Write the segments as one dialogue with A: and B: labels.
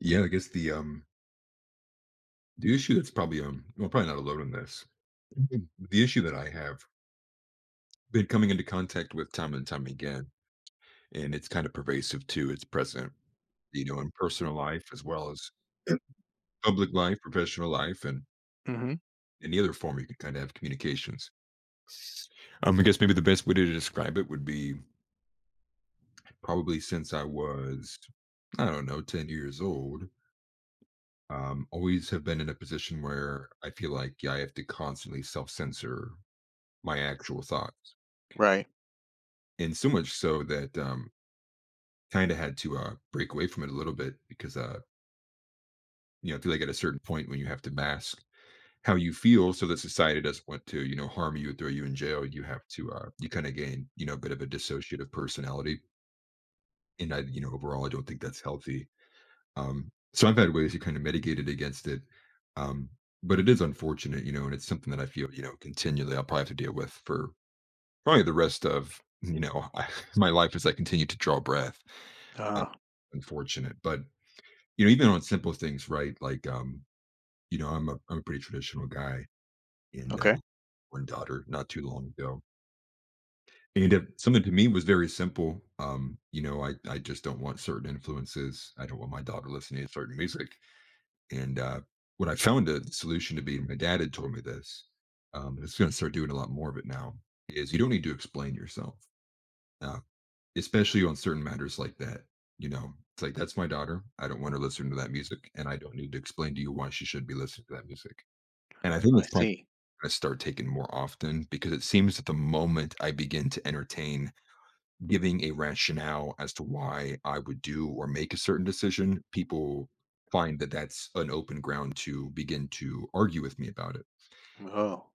A: Yeah, I guess the the issue that's probably well probably not alone in this. Mhm. The issue that I have been coming into contact with time and time again, and it's kind of pervasive too. It's present, you know, in personal life as well as public life, professional life, and
B: Mm-hmm.
A: any other form you can kind of have communications. I guess maybe the best way to describe it would be probably since I was, I don't know, 10 years old, always have been in a position where I feel like yeah, I have to constantly self censor my actual thoughts.
B: Right.
A: And so much so that kind of had to break away from it a little bit because you know, I feel like at a certain point when you have to mask how you feel so that society doesn't want to, you know, harm you, throw you in jail, you have to you kind of gain, you know, a bit of a dissociative personality. And I, you know, overall I don't think that's healthy. So I've had ways to kind of mitigate it against it. Um but it is unfortunate, you know, and it's something that I feel, you know, continually I'll probably have to deal with for probably the rest of, you know, my life as I continue to draw breath. Uh,
B: Ah,
A: unfortunate, but, you know, even on simple things, right? Like, you know, I'm a pretty traditional guy and,
B: okay.
A: one daughter not too long ago. And if something to me was very simple, you know, I just don't want certain influences. I don't want my daughter listening to certain music. And, what I found the solution to be, and my dad had told me this, and it's gonna start doing a lot more of it now, is you don't need to explain yourself. uh, especially on certain matters like that. You know, it's like that's my daughter. I don't want her listening to that music, and I don't need to explain to you why she should be listening to that music. And I think
B: I
A: it's probably
B: see.
A: going to start taking more often because it seems that the moment I begin to entertain giving a rationale as to why I would do or make a certain decision, people find that that's an open ground to begin to argue with me about it.
B: Oh.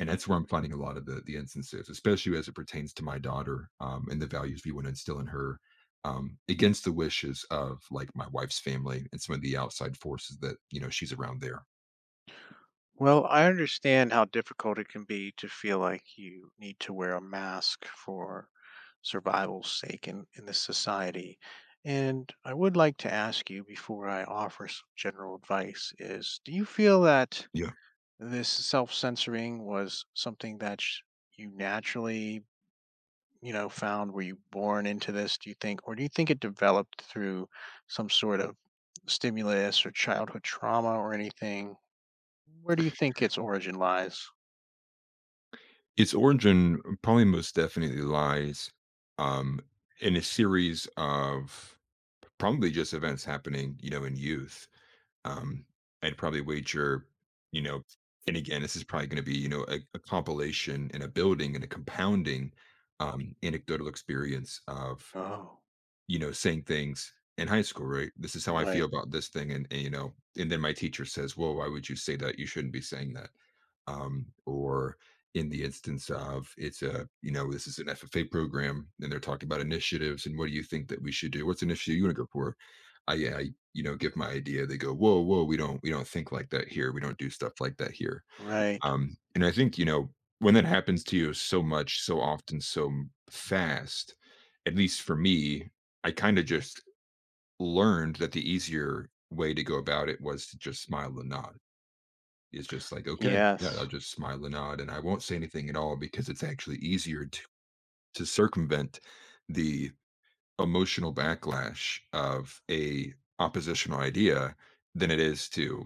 A: And that's where I'm finding a lot of the instances, especially as it pertains to my daughter, and the values we want to instill in her, against the wishes of, like, my wife's family and some of the outside forces that, you know, she's around there.
B: Well, I understand how difficult it can be to feel like you need to wear a mask for survival's sake in this society. And I would like to ask you before I offer some general advice is, do you feel that
A: Yeah.
B: this self censoring was something that you naturally, found? Were you born into this, do you think? Or do you think it developed through some sort of stimulus or childhood trauma or anything? Where do you think its origin lies?
A: Its origin probably most definitely lies, um, in a series of probably just events happening, you know, in youth. Um, I'd probably wager, you know, and again, this is probably gonna be, you know, a compilation and a building and a compounding, anecdotal experience of
B: Oh,
A: you know, saying things in high school, right? This is how I feel
B: right,
A: about this thing, and you know, and then my teacher says, "Well, why would you say that? You shouldn't be saying that." Or in the instance of it's a you know this is an FFA program, and they're talking about initiatives, and what do you think that we should do? What's an issue you want to go for? I you know give my idea. They go, "Whoa, whoa, we don't think like that here. We don't do stuff like that here."
B: right.
A: And I think, you know, when that happens to you so much, so often, fast, at least for me, I kind of just learned that the easier way to go about it was to just smile and nod. It's just like, okay, yeah,
B: Yes.
A: I'll just smile and nod and I won't say anything at all because it's actually easier to circumvent the emotional backlash of a oppositional idea than it is to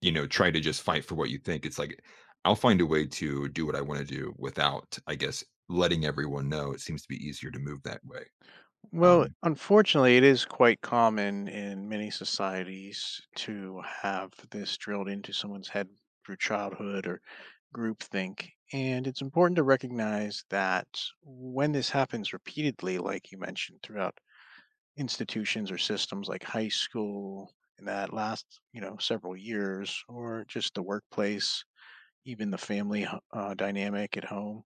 A: you know try to just fight for what you think. It's like I'll find a way to do what I want to do without I guess letting everyone know. It seems to be easier to move that way.
B: Well,
A: um
B: unfortunately, it is quite common in many societies to have this drilled into someone's head through childhood or groupthink. And it's important to recognize that when this happens repeatedly, like you mentioned, throughout institutions or systems like high school in that last, several years, or just the workplace, even the family dynamic at home.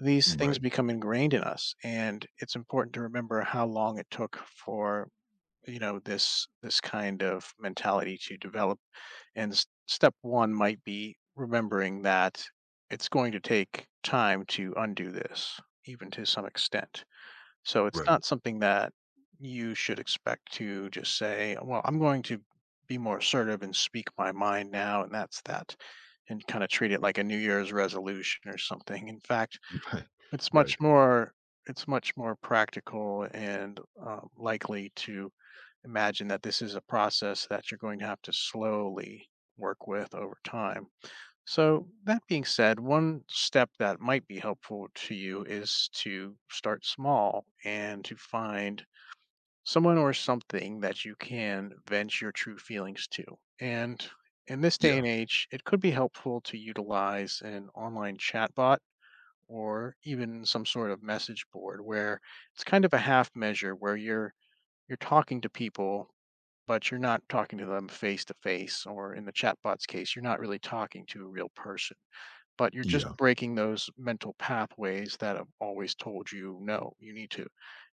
B: These things
A: right.
B: become ingrained in us, and it's important to remember how long it took for, this kind of mentality to develop. And step one might be remembering that it's going to take time to undo this, even to some extent, so it's
A: Right.
B: not something that you should expect to just say, well, I'm going to be more assertive and speak my mind now, and that's that, and kind of treat it like a New Year's resolution or something. In fact,
A: Right,
B: it's much
A: right,
B: more it's much more practical and, likely to imagine that this is a process that you're going to have to slowly work with over time. So, that being said, one step that might be helpful to you is to start small and to find someone or something that you can vent your true feelings to. And in this day
A: yeah,
B: and age, it could be helpful to utilize an online chatbot or even some sort of message board, where it's kind of a half measure where you're talking to people, but you're not talking to them face to face, or in the chatbot's case you're not really talking to a real person, but you're just
A: yeah,
B: breaking those mental pathways that have always told you, no, you need to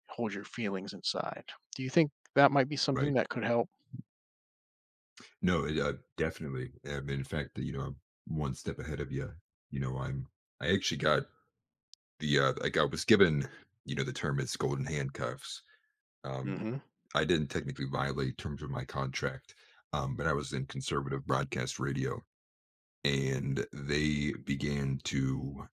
B: hold your feelings inside. Do you think that might be something
A: right.
B: that could help?
A: No, it, definitely. In fact, you know, I'm one step ahead of you. You know, I'm, I actually got the like I was given, you know, the term is golden handcuffs. Um,
B: Mm-hmm.
A: I didn't technically violate terms of my contract, but I was in conservative broadcast radio, and they began to.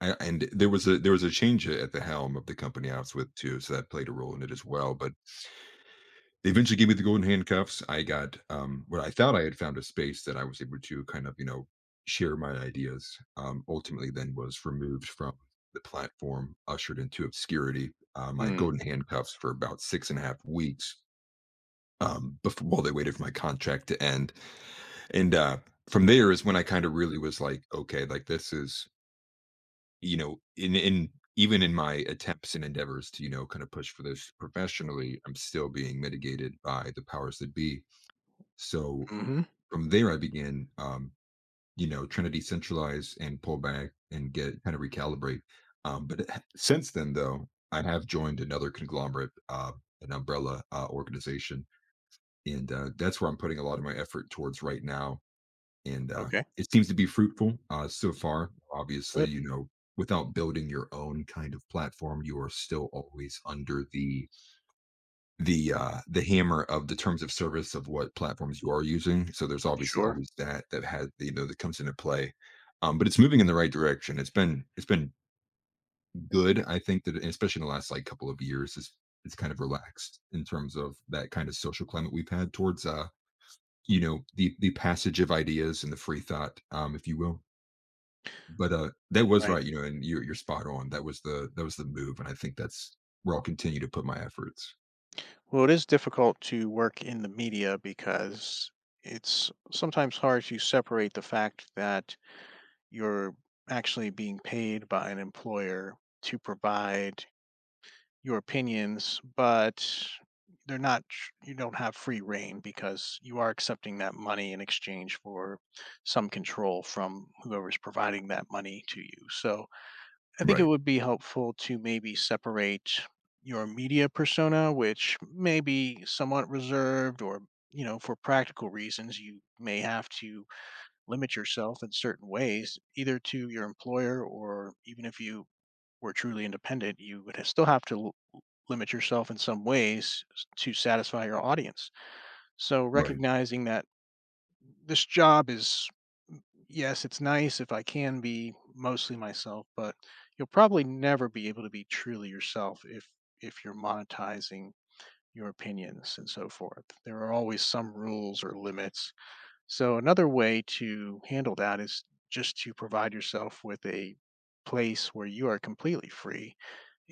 A: I, and there was a change at the helm of the company I was with too, so that played a role in it as well. But they eventually gave me the golden handcuffs. I got what I thought I had found a space that I was able to kind of you know share my ideas. Ultimately, then was removed from the platform, ushered into obscurity. I had
B: Mm,
A: golden handcuffs for about 6.5 weeks, before while they waited for my contract to end. And from there is when I kind of really was like, okay, like this is you know, in even in my attempts and endeavors to you know kind of push for this professionally, I'm still being mitigated by the powers that be. So
B: hmm.
A: from there, I began, you know, trying to decentralize and pull back and get kind of recalibrate. Um, but it- since then, though, I have joined another conglomerate, an umbrella organization. And, that's where I'm putting a lot of my effort towards right now, and,
B: Okay.
A: it seems to be fruitful, so far. Obviously,
B: Good.
A: you know, without building your own kind of platform, you are still always under the the hammer of the terms of service of what platforms you are using, so there's obviously
B: Sure.
A: always that that has you know, that comes into play. But it's moving in the right direction. It's been good. I think that especially in the last, like, couple of years, it's kind of relaxed in terms of that kind of social climate we've had towards, you know, the passage of ideas and the free thought, if you will. But that was
B: Right.
A: right, you know, and you're spot on. That was the, that was the move, and I think that's where I'll continue to put my efforts.
B: Well, it is difficult to work in the media because it's sometimes hard to separate the fact that you're actually being paid by an employer to provide your opinions, but they're not tr- you don't have free reign because you are accepting that money in exchange for some control from whoever's providing that money to you. So I think it
A: Right,
B: would be helpful to maybe separate your media persona, which may be somewhat reserved, or, for practical reasons, you may have to limit yourself in certain ways, either to your employer or even if you were truly independent, you would still have to limit yourself in some ways to satisfy your audience. So
A: right.
B: recognizing that this job is, yes, it's nice if I can be mostly myself, but you'll probably never be able to be truly yourself if you're monetizing your opinions and so forth. There are always some rules or limits. So another way to handle that is just to provide yourself with a place where you are completely free,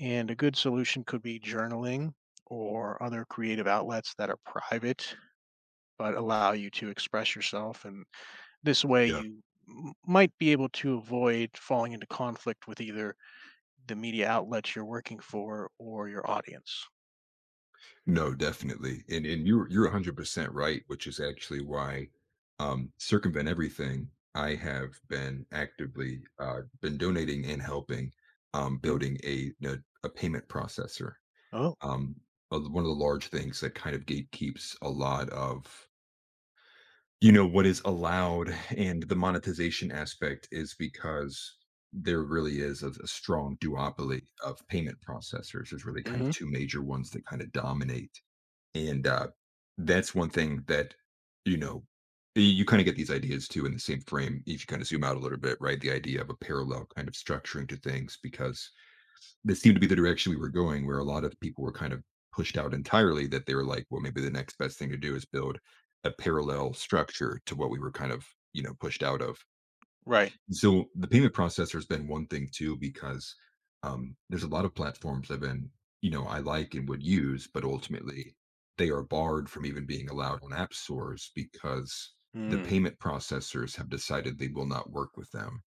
B: and a good solution could be journaling or other creative outlets that are private but allow you to express yourself. And this way,
A: Yeah.
B: you might be able to avoid falling into conflict with either the media outlets you're working for or your audience.
A: No, definitely. And you're 100% right, which is actually why circumvent everything. I have been actively been donating and helping
B: Mhm.
A: building a payment processor.
B: Oh,
A: Um one of the large things that kind of gatekeeps a lot of, you know, what is allowed and the monetization aspect is because there really is a strong duopoly of payment processors. There's really kind of
B: hmm.
A: two major ones that kinda dominate, and, that's one thing that, you know, you kinda get these ideas too in the same frame if you kinda zoom out a little bit, right? The idea of a parallel kind of structuring to things because this seemed to be the direction we were going, where a lot of people were kind of pushed out entirely, that they were like, well, maybe the next best thing to do is build a parallel structure to what we were kind of, you know, pushed out of.
B: Right.
A: So the payment processor has been one thing too, because, there's a lot of platforms I've been, you know, I like and would use, but ultimately they are barred from even being allowed on app stores because the
B: Mm,
A: payment processors have decided they will not work with them.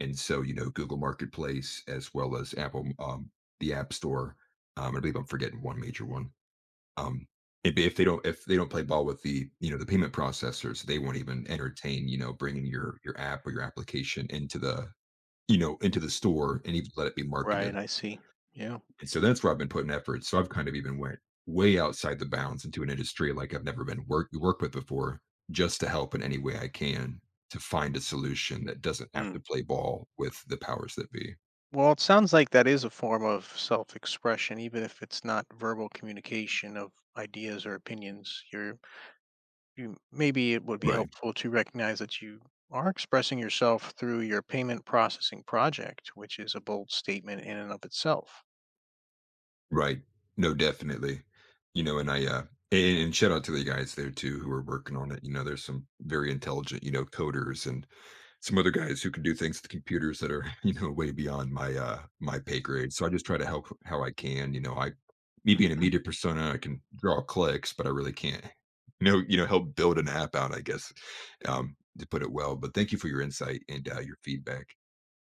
A: And so, you know, Google Marketplace as well as Apple, the App Store. I believe I'm forgetting one major one. Um, if, if they don't play ball with the you know the payment processors, they won't even entertain you know bringing your app or your application into the, you know, into the store, and even let it be marketed.
B: right. I see. Yeah.
A: And so that's where I've been putting effort. So I've kind of even went way outside the bounds into an industry like I've never been worked with before, just to help in any way I can to find a solution that doesn't have
B: Mm.
A: to play ball with the powers that be.
B: Well, it sounds like that is a form of self expression, even if it's not verbal communication of ideas or opinions. You, maybe it would be
A: Right,
B: helpful to recognize that you are expressing yourself through your payment processing project, which is a bold statement in and of itself.
A: right. No, definitely. You know, and I, and shout out to the guys there too who are working on it. You know, there's some very intelligent, you know, coders and some other guys who can do things with computers that are, you know, way beyond my, my pay grade. So I just try to help how I can. You know, me being a
B: Mm.
A: media persona, I can draw clicks, but I really can't, you know, help build an app out, I guess, to put it well. But thank you for your insight and your feedback.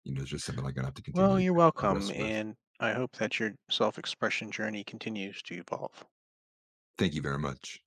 A: You know, it's just something I'm going to have to
B: Well,
A: continually
B: you're welcome,
A: progress with.
B: and I hope that your self expression journey continues to evolve.
A: Thank you very much.